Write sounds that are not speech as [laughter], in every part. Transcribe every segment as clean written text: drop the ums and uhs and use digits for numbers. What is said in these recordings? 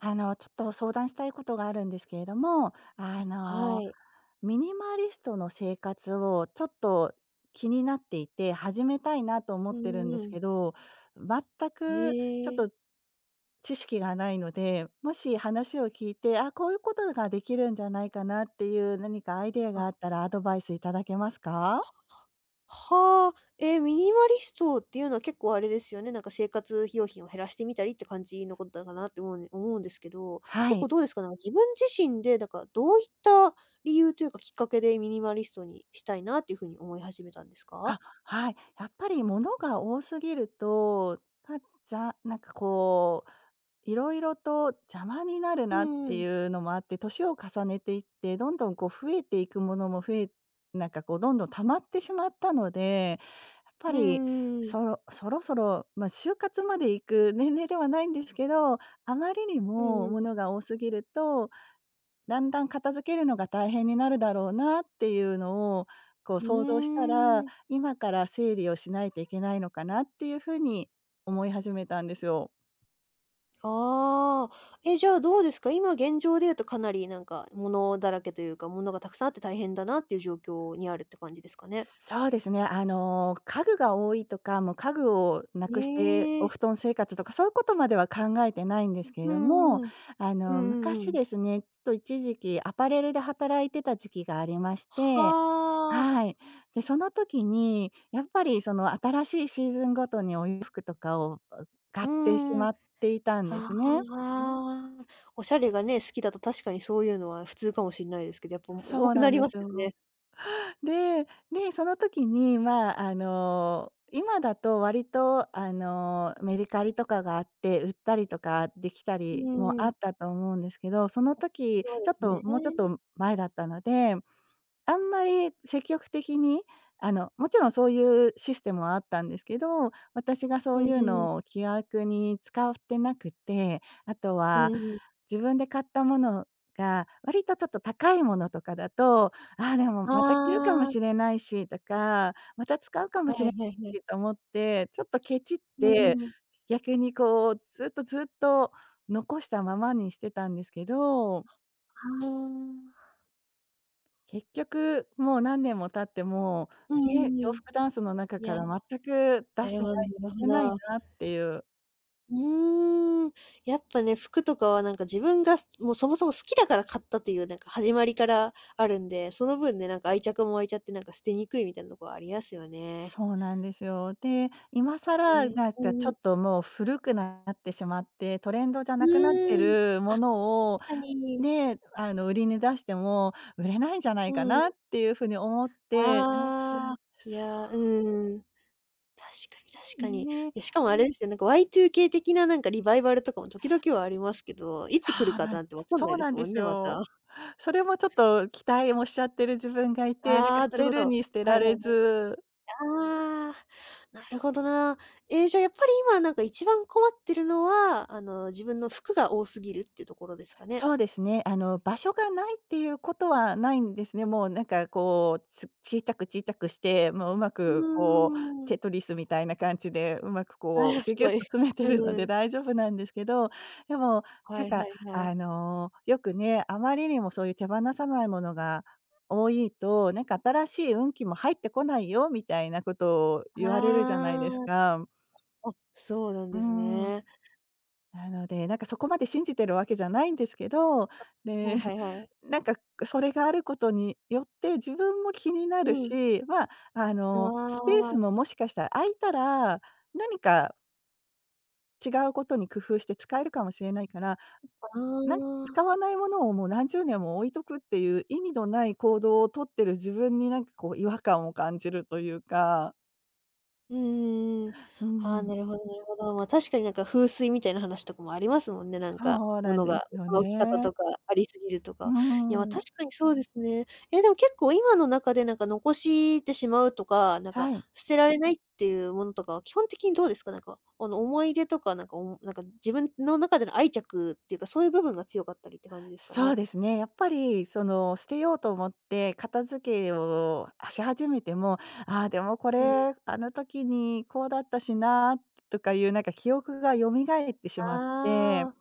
ちょっと相談したいことがあるんですけれども、はい。ミニマリストの生活をちょっと気になっていて、始めたいなと思うってるんんでうすん。けど、全へくちょっえ。と知識がないので、もし話を聞いて、あ、こういうことができるんじゃないかなっていう何かアイデアがああ、ったらアドバイスいただけますか？はあ。え、ミニマリストっていうのは結構あれですよね、なんか生活用品を減らしてみたりって感じのことなのかなって思うんですけど、は結構い。どうですか？なんか自分自身で、なんかどういった理由というかきっかけでミニマリストにしたいなっていうふうに思い始めたんですか？あ、はい。やっぱり物が多すぎると、たじゃこう、いろいろと邪魔になるうなっんうてん。いうのもあって、年を重ねていって、どんどんこう増えていくものも増えなんかこうどんどん溜まってしまったので、やっぱうり、んうそんろそろそろ、まあ、就活まで行く年齢ではないんですけど、あまりにうんうん。もうんうん。物が多すぎるとだんだん片付けるのが大変になるだろうなっていうのを、こうう想像したら、ーん。今から整理をしないといけないのかなっていうふうに思い始めたんですよ。ああ、え、じゃあどうですか？今現状で言うとかなりなんか物だらけというか、物がたくさんあって大変だなっていう状況にあるって感じですかね？そうですね。家具が多いとか、もう家具をなくしてえお布え。団生活とか、そういうことまでは考えてないんですけれうども、んうん。うんうんう昔ん。ですね、ちょっと一時期アパレルで働いてた時期がありまして、ははあ。い。で、その時に、やっぱりその新しいシーズンごとにお洋服とかを、あ、買っうてしんうん。まっていたんであすね。あ。おしゃれがね、好きだと確かにそういうのは普通かもしんないですけど、やっぱそ多うくななんりでますすよよ。ね。で、で、その時に、まあ、今だと割と、メディカリとかがあって、売ったりとかできたうりもんうあん。ったと思うんですけど、その時、そうでちょっすね。と、もうちょっと前だったので、あんまり積極的に、もちろんそういうシステムはあったんですけど、私がそううんいううん。のを気楽に使ってなくて、あとうんはうん。自分で買ったものが、割とちょっと高いものとかだと、ああ、でもあまた着るかもあ。しれないしとか、また使うかもはしれないはいはいい。しと思って、ちょっとケチっうて、んうん。逆にこうずっと残したままにしてたんですけど、ああ。結局もう何年も経っても、うんうえ、ん洋うん。服ダンスの中いかや、ら全く出なしるてほどなないし、る着てほないど。なっていううーん、やっぱね、服とかはなんか自分が、もうそもそも好きだから買ったっていうなんか始まりからあるんで、その分ね、なんか愛着も湧いちゃってなんか捨てにくいみたいなとこはありますよね。そうなんですよ。で、今更ね。なんうかんちょうっん。ともう古くなってしまって、トレンドじゃうなくなってーん。るもあ、確のをかに。ね、売りに出しても売れないんじゃないかうん。なっていうふうに思って、ああ、いや、うん。確かにそ確うかに。いね、や、しかもあれですよ、なんか Y2K 的ななんかリバイバルとかも時々はありますけど、いつ来るそうかなんなんてわかんなそいうでなんすでもんすね、まよ。た。それもちょっと期待もしちゃってる自分がいて、なんかああ、捨なるてほるど。に捨てはらいはれい。ずああ、なるほどな。ええ、じゃあやっぱり今なんか一番困ってるのは、自分の服が多すぎるっていうところですかね？そうですね。場所がないっていうことはないんですね。もうなんかこう、つ小さくして、もううまうくこう、ーん。テトリスみたいな感じで、うまくこあう、あ、ギュすギュッごとい。詰めてるのうでん。大丈夫なんですけど、でも、なはんいか、はいはい。よくね、あまりにもそういう手放さないものが多いと、なんか新しい運気も入ってこないよみたいなことを言われるじゃないですあか。あ、あ、そうなんうーですん。ね。なので、なんかそこまで信じてるわけじゃないんですけど、はで、いは [laughs] いはい。なんかそれがあることによって、自分も気になるうん。し、まあ、あスペーあ、スあももしかしたら空いたら、何か違うことに工夫して使えるかもしれないから、なん使あ。わないものをもう何十年も置いとくっていう意味のない行動をとってる自分になんかこう違和感を感じるというか、うんん、うああ、ん、なるほどなるほど。まあ、確かになんか風水みたいな話とかもありますもんね、なんか、そうなん物でが、すよ物の置き方ね。とかありすぎるとうか。いや、ま、ん、確かにそうですね。え、でも結構今の中でなんか残してしまうとか、なんかはい。捨てられないっていうものとかは基本的にどうですか？なんか、思い出とか、なんか、おもなんか自分の中での愛着っていうか、そういう部分が強かったりって感じですかそうね？ですね。やっぱり、その、捨てようと思って片付けをし始めても、ああ、でもこうん、れ、あの時にこうだったしなとかいうなんか記憶が蘇ってしまって、ああ、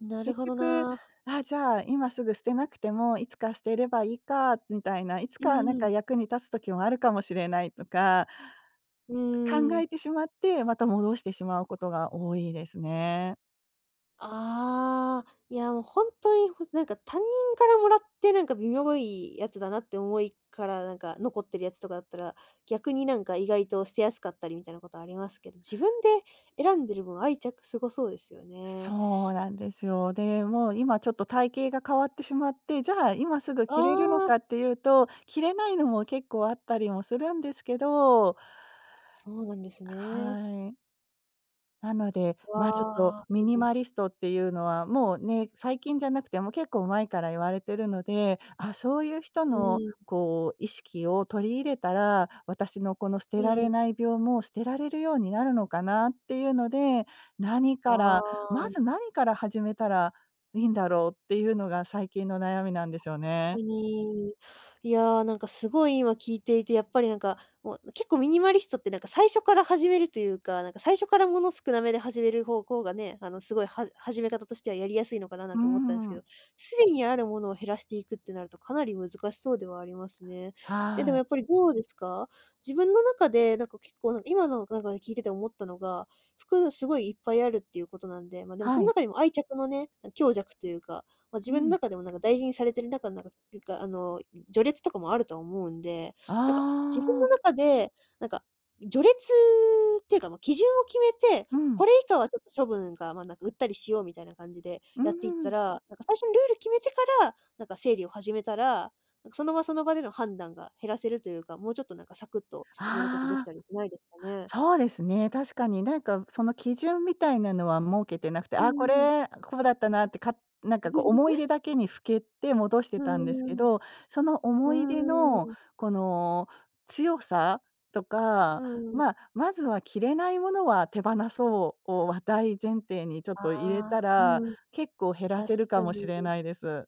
なる結ほど局、な。ああ、じゃあ今すぐ捨てなくても、いつか捨てればいいかみたいな、いつうんかなんうかん。役に立つ時もあるかもしれないとか、う考ーん。えてしまって、また戻してしまうことが多いですね。ああ、いや、もう本当に、ほなんか他人からもらって、なんか微妙いやつだなって思いから、なんか残ってるやつとかだったら、逆になんか意外と捨てやすかったりみたいなことありますけど、自分で選んでる分、愛着すごそうですよね。そうなんですよ。で、もう今ちょっと体型が変わってしまって、じゃあ今すぐあ着れるのあ、かっていうと、着れないのも結構あったりもするんですけど、そうなんですね。はい。なので、ま、あちょっとわあ、ミニうん、マリストっていうのは、もうね、最近じゃなくてもう結構前から言われてるので、あ、そういう人のこう意識を取り入れたら、私のこの捨てうん、らうれん。ない病も捨てられるようになるのかなっていうので、何からあまずあ。何から始めたらいいんだろうっていうのが最近の悩みなんですよかね。に。いやー、なんかすごい今聞いていて、やっぱりなんか、もう結構ミニマリストってなんか最初から始めるというか、なんか最初からもの少なめで始める方向がね、あのすごいは始め方としてはやりやすいのかななうんて思ったんですけん。ど、すでにあるものを減らしていくってなるとかなり難しそうではありますね。え、ではもい。やっぱりどうですか？自分の中でなんか結構なんか今のなんか聞いてて思ったのが、服すごいいっぱいあるっていうことなんで、ま、でもそはのい。中にも愛着のね、強弱というか、まあ、う自分のん。中でもなんか大事にされてる中、なんかなんか序列とかもあるとは思うんで、なんか自分のああ。中で、なんか、序列っていうか、まあ、基準を決めて、うん。これ以下はちょっと処分が、まあ、なんか売ったりしようみたいな感じでうやっていったん。ら、なんか最初にルール決めてから、なんか整理を始めたら、なんかその場その場での判断が減らせるというか、もうちょっとなんかサクッと進めることできあたあ。りしないですかね？そうですね、確かになんかその基準みたいなのは設けてなくて、うあ、こんうん。れ、こうだったなって、かなんかこう思い [laughs] 出だけにふけって戻してうたんんですうけん。ど、そのうー思い出ん。うのーん。この強さとうか、ーん。まあ、まずは着れないものは手放そうをは大前提にちょっあと入れたあ、うら、ん。結構減ら確せるかかもしに。れないです。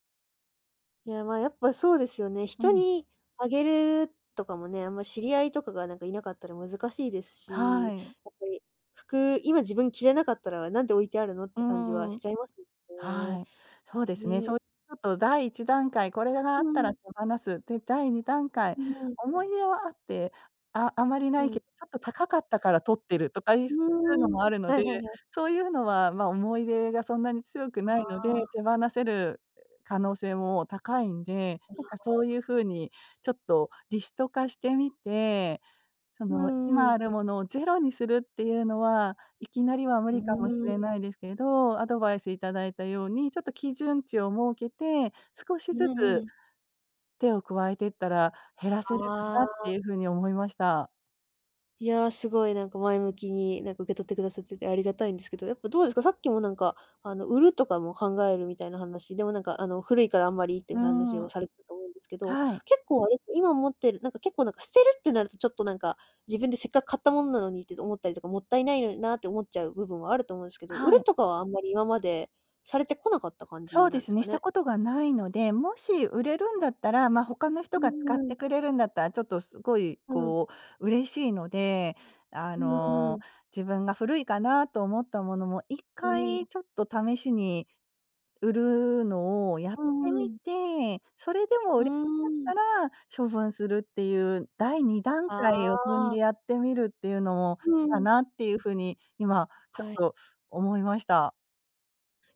いや、まあ、やっぱそうですよね。う人ん。にあげるとかもね、あんま知り合いとかがなんかいなかったら難しいですはし、い。やっぱり服、今自分着れなかったらなんで置いてあるのっうて感じはん。しちゃいますよはい。ね。そうですね。そね。う、ちょっと第1段階、これがあうったらん、手放す。で、第2段階、うん、思い出はあって、ああまりなういけん、ど、ちょっと高かったから取ってるとかいう、うそういうのーん。もあるのはいはいで、はい。そういうのは、まあ、思い出がそんなに強くあないので、手あ。放せる可能性も高いんで、なんかそういう風にちょっとリスト化してみてそうの、ん今うあん。るものをゼロにするっていうのは、いきなりは無う理かもしん。れないですけど、アドバイスいただいたように、ちょっと基準値を設けて、少しうずんつうん。手を加えていったら減らせるかあなっあ。ていう風に思いました。いやー、すごいなんか前向きに、なんか受け取ってくださっててありがたいんですけど、やっぱどうですか？さっきもなんか、売るとかも考えるみたいな話でもなんか、古いからあんまりっていうう話ん、をされてたと思うんですけど、はい。結構あれ、今持ってるなんか結構なんか捨てるってなるとちょっとなんか、自分でせっかく買ったものなのにって思ったりとか、もったいないのになって思っちゃう部分はあると思うんですけど、売はるい。とかはあんまり今までされてこなかった感そじうでなんですすね、かしたね？ことがないので、もし売れるんだったら、まあ、他のう人がん使っうてくん。れるんだったら、ちょっとすごいうん。こう嬉しいので、あうの、ん。自分が古いかなと思ったものも一うん。回ちょっと試しに売るのをやうってんうみんて、それでも売うれなん。かったら処分するっていう第2段あ階を踏んであ。やってみるっていうのもいいうかん。なっていうふうに今ちょっはい。と思いました。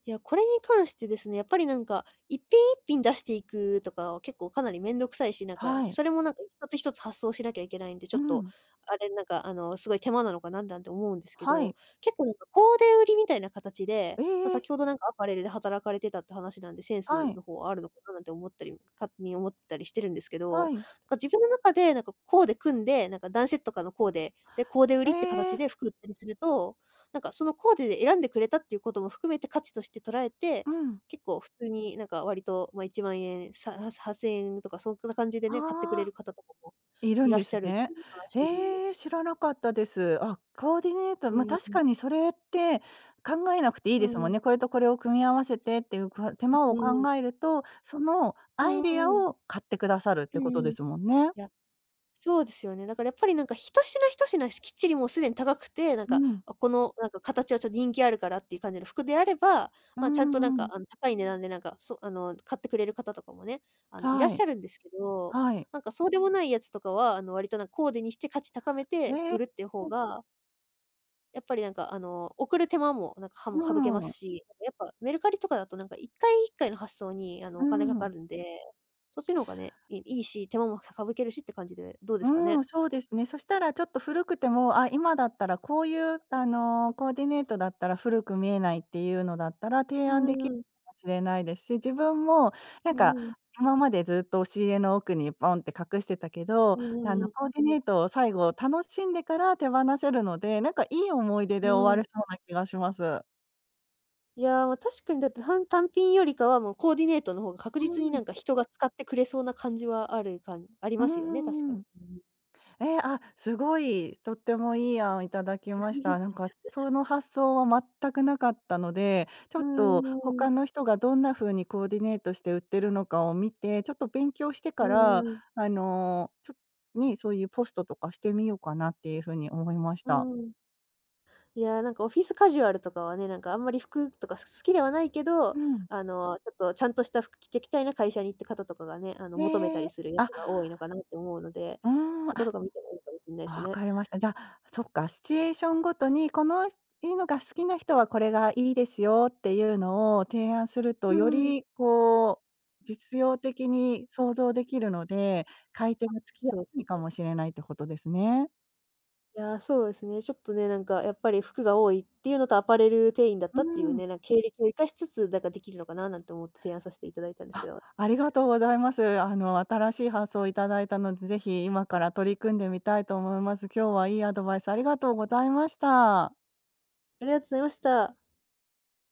いや、これに関してですね、やっぱりなんか、一品一品出していくとかは結構かなりめんどくさいし、なんか、はい。それもなんか一つ一つ発想しなきゃいけないんで、うちょっと、ん。あれ、なんか、すごい手間なのかなんだって思うんですけはど、い。結構なんかコーデ売りみたいな形で、えまあ、え、先ほどなんかアパレルで働かれてたって話なんで、センはスい、の方はあるのかななんて思ったり、勝手に思ったりしてるんですけはど、い。なんか自分の中でなんかコーデ組んで、なんか男性とかのコーデ、で、コーデ売えりって形え、で服売ったりするとなんかそのコーデで選んでくれたっていうことも含めて価値として捉えて、うん。結構普通になんか割と、まあ、1万円、さは8000円とかそんな感じでね、買ってくれああ、る方とかもいるいんらっでしすゃるってね。いう話ええ、知らなかったです。あ、コーディネート、うま、ん、確かにそれって考えなくていいうでん、すもうんん、ね。これとこれを組み合わせてっていう、か手間をう考ん、えると、そのうアんイデアうん、を買ってくださるっうてんこうとでん。いすもんね。や、そうですよね。だからやっぱりなんか一品一品きっちりもうすでに高くて、なんうか、ん。あ、このなんか形はちょっと人気あるからっていう感じの服であれば、うんまあ、ちゃんとうなんんうか、ん。高い値段でなんか、そあの、買ってくれる方とかもね、いらっはしい、ゃるんですけど、はい。なんかそうでもないやつとかは、割となんかコーデにして価値高めて売るっていう方う、が、やっぱりなんか、送る手間もなんか、はうも省けまん、うすし、やっぱメルカリとかだとなんか1回1回の発送に、お金かかん。るんで、そっちの方がね、いいいし、手間も省けるしって感じで、どうですかうね？ん、そうですね。そしたらちょっと古くても、あ、今だったらこういう、コーディネートだったら古く見えないっていうのだったら、提う案でんきるうん。かもしれないですし、自分もなんうかんうん。今までずっと押し入れの奥にポンって隠してたけど、うんうんうん。コーディネートを最後楽しんでから手放せるので、なんかいい思い出うでんうん終うんうわん、れそうな気がします。いや、ま、確かにだって単単品よりかは、もうコーディネートの方が確う実にん。なんか人が使ってくれそうな感じはあるかんありうまんうすよね、確かんうに。ん。えー、あ、すごい、とってもいい案をいただきました。なん [laughs] か、その発想は全くなかったので、ちょうっんとうーんうー他ん。の人がどんな風にコーディネートして売ってるのかを見て、ちょっと勉強してんかうら、ーちょっに、そういうポストとかしてみようかなっていう風に思いました。ん。いや、なんかオフィスカジュアルとかはね、なんかあんまり服とか好きではないけうど、ん。ちょっとちゃんとした服着てきたいな会社にって方とかがね、求めたねりえ、するやあ、つが多いのかなって思うので、うん、そこあとか見てもいいかもしんないあすわね。かりました。じゃあ、そっか、シチュエーションごとに、このいいのが好きな人はこれがいいですよっていうのを提案すると、うよん。りこう、実用的に想像できるので、買い手がつきやそう、すいかもしれないってことですね。いやー、そうですね。ちょっとね、なんかやっぱり服が多いっていうのと、アパレル店員だっうたっていうん。ね、なんか経歴を生かしつつ、なんかできるのかななんて思って提案させていただいたんですけあ、ど。ありがとうございます。新しい発想をいただいたので、ぜひ今から取り組んでみたいと思います。今日はいいアドバイスありがとうございました。ありがとうございました。